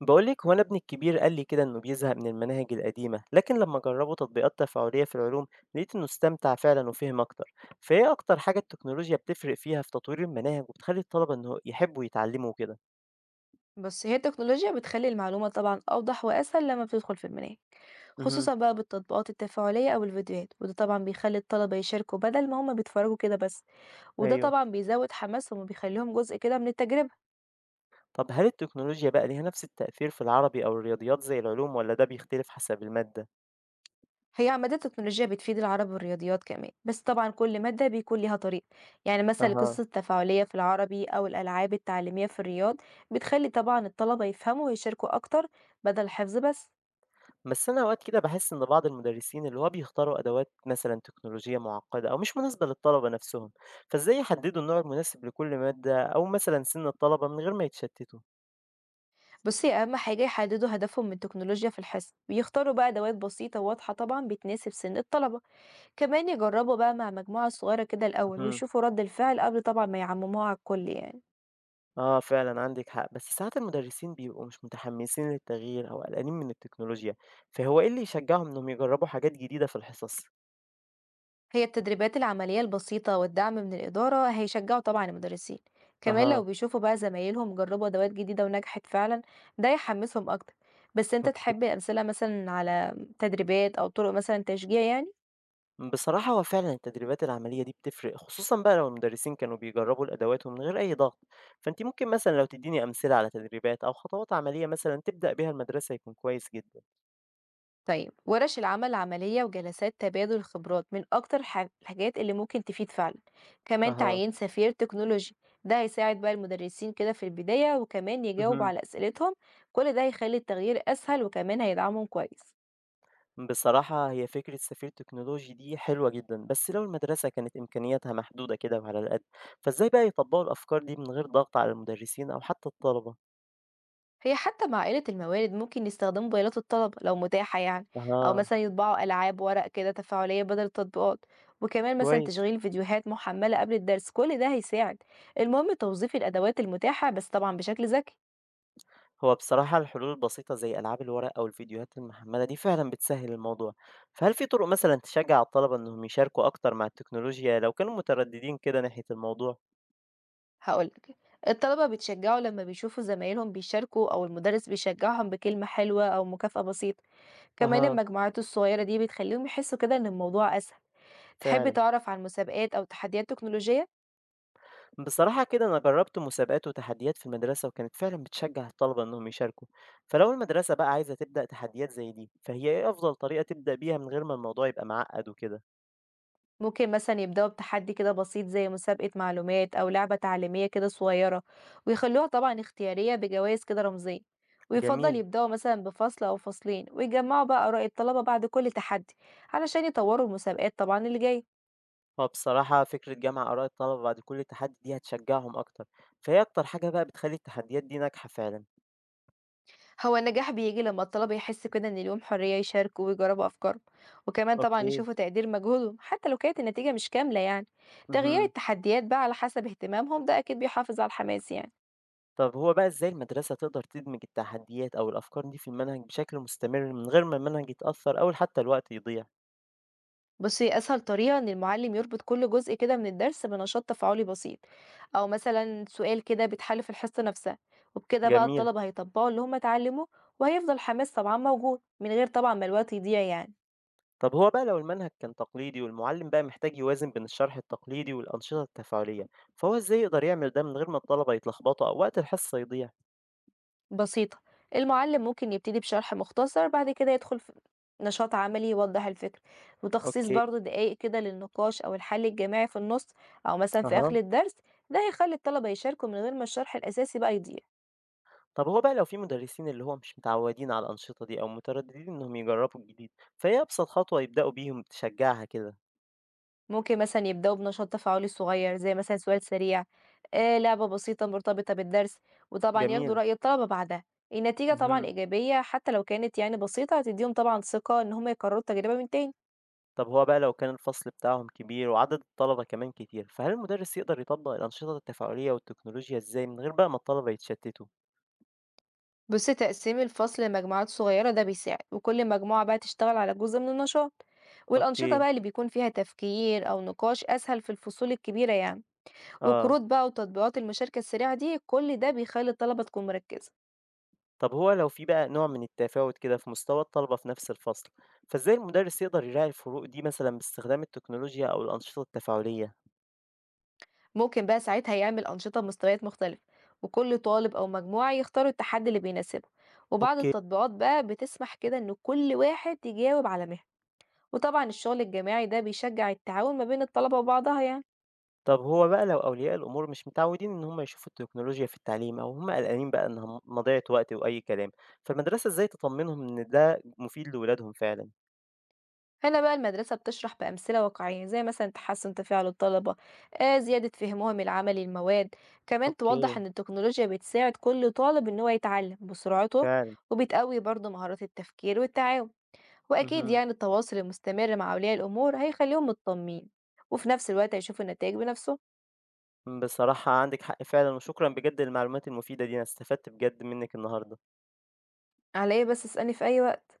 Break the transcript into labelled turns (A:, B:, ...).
A: بقولك، هو أنا ابني الكبير قال لي كده إنه بيزهق من المناهج القديمة، لكن لما جربوا تطبيقات تفاعلية في العلوم لقيت إنه استمتع فعلا وفهم أكتر. فإيه أكتر حاجة التكنولوجيا بتفرق فيها في تطوير المناهج وبتخلي الطلبة إنه يحبوا يتعلموا كده؟
B: بس هي التكنولوجيا بتخلي المعلومة طبعا أوضح وأسهل لما بتدخل في المناهج،
A: امم
B: خصوصا بقى بالتطبيقات التفاعلية أو الفيديوهات. وده طبعا بيخلي الطلبة يشاركوا بدل ما هما بيتفرجوا كده بس. وده
A: أيوه.
B: طبعا بيزود حماسهم وبيخليهم جزء كده من التجربة.
A: طب هل التكنولوجيا بقى ليها نفس التأثير في العربي أو الرياضيات زي العلوم ولا ده بيختلف حسب المادة؟
B: هي عمادات التكنولوجيا بتفيد العربي والرياضيات كمان، بس طبعا كل مادة بيكون ليها طريق. يعني مثلا القصص
A: أها.
B: التفاعلية في العربي أو الألعاب التعليمية في الرياض بتخلي طبعا الطلبة يفهموا ويشاركوا أكتر، بدل الحفظ بس.
A: بس أنا أوقات كده باحس إن بعض المدرسين اللي هو بيختاروا أدوات مثلًا تكنولوجية معقدة أو مش مناسبة للطلبة نفسهم، فإزاي يحددوا النوع المناسب لكل مادة أو مثلًا سن الطلبة من غير ما يتشتتوا؟
B: بصي، أهم حاجة يحددوا هدفهم من التكنولوجيا في الحصة، ويختاروا بقى أدوات بسيطة وواضحة طبعا بتناسب سن الطلبة. كمان يجربوا بقى مع مجموعة صغيرة كده الأول،
A: مهم.
B: ويشوفوا رد الفعل قبل طبعا ما يعمموها على الكل يعني.
A: آه فعلًا عندِك حق، بس ساعات المدرسين بيبقوا مش متحمسين للتغيير أو قلقانين من التكنولوجيا، فهو إيه اللي يشجعهم إنهم يجربوا حاجات جديدة في الحصص؟
B: هي التدريبات العملية البسيطة والدعم من الإدارة هيشجعوا طبعا المدرسين، كمان لو
A: أها.
B: بيشوفوا بقى زمايلهم جربوا أدوات جديدة ونجحت فعلا، ده يحمسهم أكتر. بس أنت
A: أوكي.
B: تحب أمثلة مثلا على تدريبات أو طرق مثلا تشجيع يعني؟
A: بصراحة هو فعلا التدريبات العملية دي بتفرق، خصوصا بقى لو المدرسين كانوا بيجربوا الأدوات ومن غير أي ضغط. فأنت ممكن مثلا لو تديني أمثلة على تدريبات أو خطوات عملية مثلا تبدأ بيها المدرسة يكون كويس جدا.
B: طيب، ورش العمل العملية وجلسات تبادل الخبرات من أكتر الحاجات اللي ممكن تفيد فعلا. كمان
A: أها.
B: تعيين سفير تكنولوجي، ده هيساعد بقى المدرسين كده في البداية، وكمان يجاوب
A: مهم.
B: على أسئلتهم. كل ده هيخلي التغيير أسهل، وكمان هيدعمهم كويس.
A: بصراحة هي فكرة سفير تكنولوجي دي حلوة جدا، بس لو المدرسة كانت إمكانياتها محدودة كده وعلى القد، فإزاي بقى يطبقوا الأفكار دي من غير ضغط على المدرسين أو حتى الطلبة؟
B: هي حتى مع قلة الموارد، ممكن يستخدموا موبايلات الطلبة لو متاحة يعني، أو
A: أها.
B: مثلا يطبعوا ألعاب ورق كده تفاعلية بدل التطبيقات، وكمان مثلا
A: كويس.
B: تشغيل فيديوهات محملة قبل الدرس. كل ده هيساعد. المهم توظيف الأدوات المتاحة، بس طبعا بشكل ذكي.
A: هو بصراحة الحلول البسيطة زي ألعاب الورق أو الفيديوهات المحملة دي فعلا بتسهل الموضوع. فهل في طرق مثلا تشجع الطلبة إنهم يشاركوا أكتر مع التكنولوجيا لو كانوا مترددين كده ناحية الموضوع؟
B: هاقول لك، الطلبة بيتشجعوا لما بيشوفوا زمايلهم بيشاركوا، أو المدرس بيشجعهم بكلمة حلوة أو مكافأة بسيطة، كمان
A: أها.
B: المجموعات الصغيرة دي بتخليهم يحسوا كده إن الموضوع أسهل. تحب
A: فعلا.
B: تعرف عن مسابقات أو تحديات تكنولوجية؟
A: بصراحة كده أنا جربت مسابقات وتحديات في المدرسة وكانت فعلا بتشجع الطلبة إنهم يشاركوا. فلو المدرسة بقى عايزة تبدأ تحديات زي دي، فهي إيه أفضل طريقة تبدأ بيها من غير ما الموضوع يبقى معقد وكده؟
B: ممكن مثلًا يبدأوا بتحدي كده بسيط، زي مسابقة معلومات أو لعبة تعليمية كده صغيرة، ويخلوها طبعًا اختيارية بجوائز كده رمزية،
A: جميل.
B: ويفضل يبدأوا مثلًا بفصل أو فصلين، ويجمعوا بقى آراء الطلبة بعد كل تحدي، علشان يطوروا المسابقات طبعًا اللي جاية.
A: هو بصراحة فكرة جمع آراء الطلبة بعد كل تحدي دي هتشجعهم أكتر، فهي أكتر حاجة بقى بتخلي التحديات دي ناجحة فعلا.
B: هو النجاح بييجي لما الطلبة يحسوا كده إن ليهم حرية يشاركوا ويجربوا أفكارهم، وكمان طبعا
A: اوكي.
B: يشوفوا تقدير مجهودهم حتى لو كانت النتيجة مش كاملة يعني. تغيير
A: مهم.
B: التحديات بقى على حسب اهتمامهم، ده أكيد بيحافظ على الحماس يعني.
A: طب هو بقى إزاي المدرسة تقدر تدمج التحديات أو الأفكار دي في المنهج بشكل مستمر من غير ما المنهج يتأثر أو حتى الوقت يضيع؟
B: بصي، أسهل طريقة إن المعلم يربط كل جزء كده من الدرس بنشاط تفاعلي بسيط، أو مثلا سؤال كده بيتحل في الحصة نفسها، وبكده بقى
A: جميل.
B: الطلبة هيطبقوا اللي هم اتعلموه، وهيفضل حماس طبعا موجود من غير طبعا ما الوقت يضيع يعني.
A: طب هو بقى لو المنهج كان تقليدي والمعلم بقى محتاج يوازن بين الشرح التقليدي والأنشطة التفاعلية، فهو إزاي يقدر يعمل ده من غير ما الطلبة يتلخبطوا أو وقت الحصة يضيع؟
B: بسيطة، المعلم ممكن يبتدي بشرح مختصر، بعد كده يدخل في نشاط عملي يوضح الفكرة، وتخصيص
A: أوكي.
B: برضه دقايق كده للنقاش أو الحل الجماعي في النص، أو مثلا في آخر
A: أها.
B: الدرس. ده هيخلي الطلبة يشاركوا من غير ما الشرح الأساسي بقى يضيع.
A: طب هو بقى لو في مدرسين اللي هو مش متعودين على الأنشطة دي أو مترددين إنهم يجربوا الجديد، فإيه أبسط خطوة يبدأوا بيهم تشجعها كده؟
B: ممكن مثلا يبدأوا بنشاط تفاعلي صغير، زي مثلا سؤال سريع، آه، لعبة بسيطة مرتبطة بالدرس، وطبعا ياخدوا
A: جميل.
B: رأي الطلبة بعدها. النتيجة طبعا
A: اهم.
B: إيجابية حتى لو كانت يعني بسيطة، هتديهم طبعا ثقة إن هم يكرروا التجربة من تاني.
A: طب هو بقى لو كان الفصل بتاعهم كبير وعدد الطلبة كمان كتير، فهل المدرس يقدر يطبق الأنشطة التفاعلية والتكنولوجيا إزاي من غير بقى ما الطلبة يتشتتوا؟
B: بص، تقسيم الفصل لمجموعات صغيرة ده بيساعد، وكل مجموعة بقى تشتغل على جزء من النشاط، والأنشطة
A: أوكي.
B: بقى اللي بيكون فيها تفكير أو نقاش أسهل في الفصول الكبيرة يعني.
A: آه.
B: وقروض بقى وتطبيقات المشاركة السريعة دي، كل ده بيخلي الطلبة تكون مركزة.
A: طب هو لو في بقى نوع من التفاوت كده في مستوى الطلبة في نفس الفصل، فإزاي المدرس يقدر يراعي الفروق دي مثلا باستخدام التكنولوجيا أو الأنشطة التفاعلية؟
B: ممكن بقى ساعتها يعمل أنشطة بمستويات مختلفة، وكل طالب أو مجموعة يختاروا التحدي اللي بيناسبه، وبعض
A: أوكي.
B: التطبيقات بقى بتسمح كده إن كل واحد يجاوب على مهنة. وطبعا الشغل الجماعي ده بيشجع التعاون ما بين الطلبة وبعضها يعني.
A: طب هو بقى لو أولياء الأمور مش متعودين إن هم يشوفوا التكنولوجيا في التعليم أو هم قلقانين بقى إنها مضيعة وقت وأي كلام، فالمدرسة إزاي تطمنهم إن ده مفيد لولادهم فعلا؟
B: هنا بقى المدرسة بتشرح بأمثلة واقعية، زي مثلا تحسن تفاعل الطلبة، آه، زيادة فهمهم العملي للمواد. كمان توضح
A: أوكي.
B: إن التكنولوجيا بتساعد كل طالب إن هو يتعلم بسرعته،
A: فعلا.
B: وبتقوي برضه مهارات التفكير والتعاون. وأكيد
A: مهم.
B: يعني التواصل المستمر مع أولياء الأمور هيخليهم مطمنين، وفي نفس الوقت هيشوفوا النتائج بنفسهم.
A: بصراحة عندك حق فعلا، وشكرا بجد للمعلومات المفيدة دي، أنا استفدت بجد منك النهاردة.
B: على إيه بس؟ اسألني في أي وقت.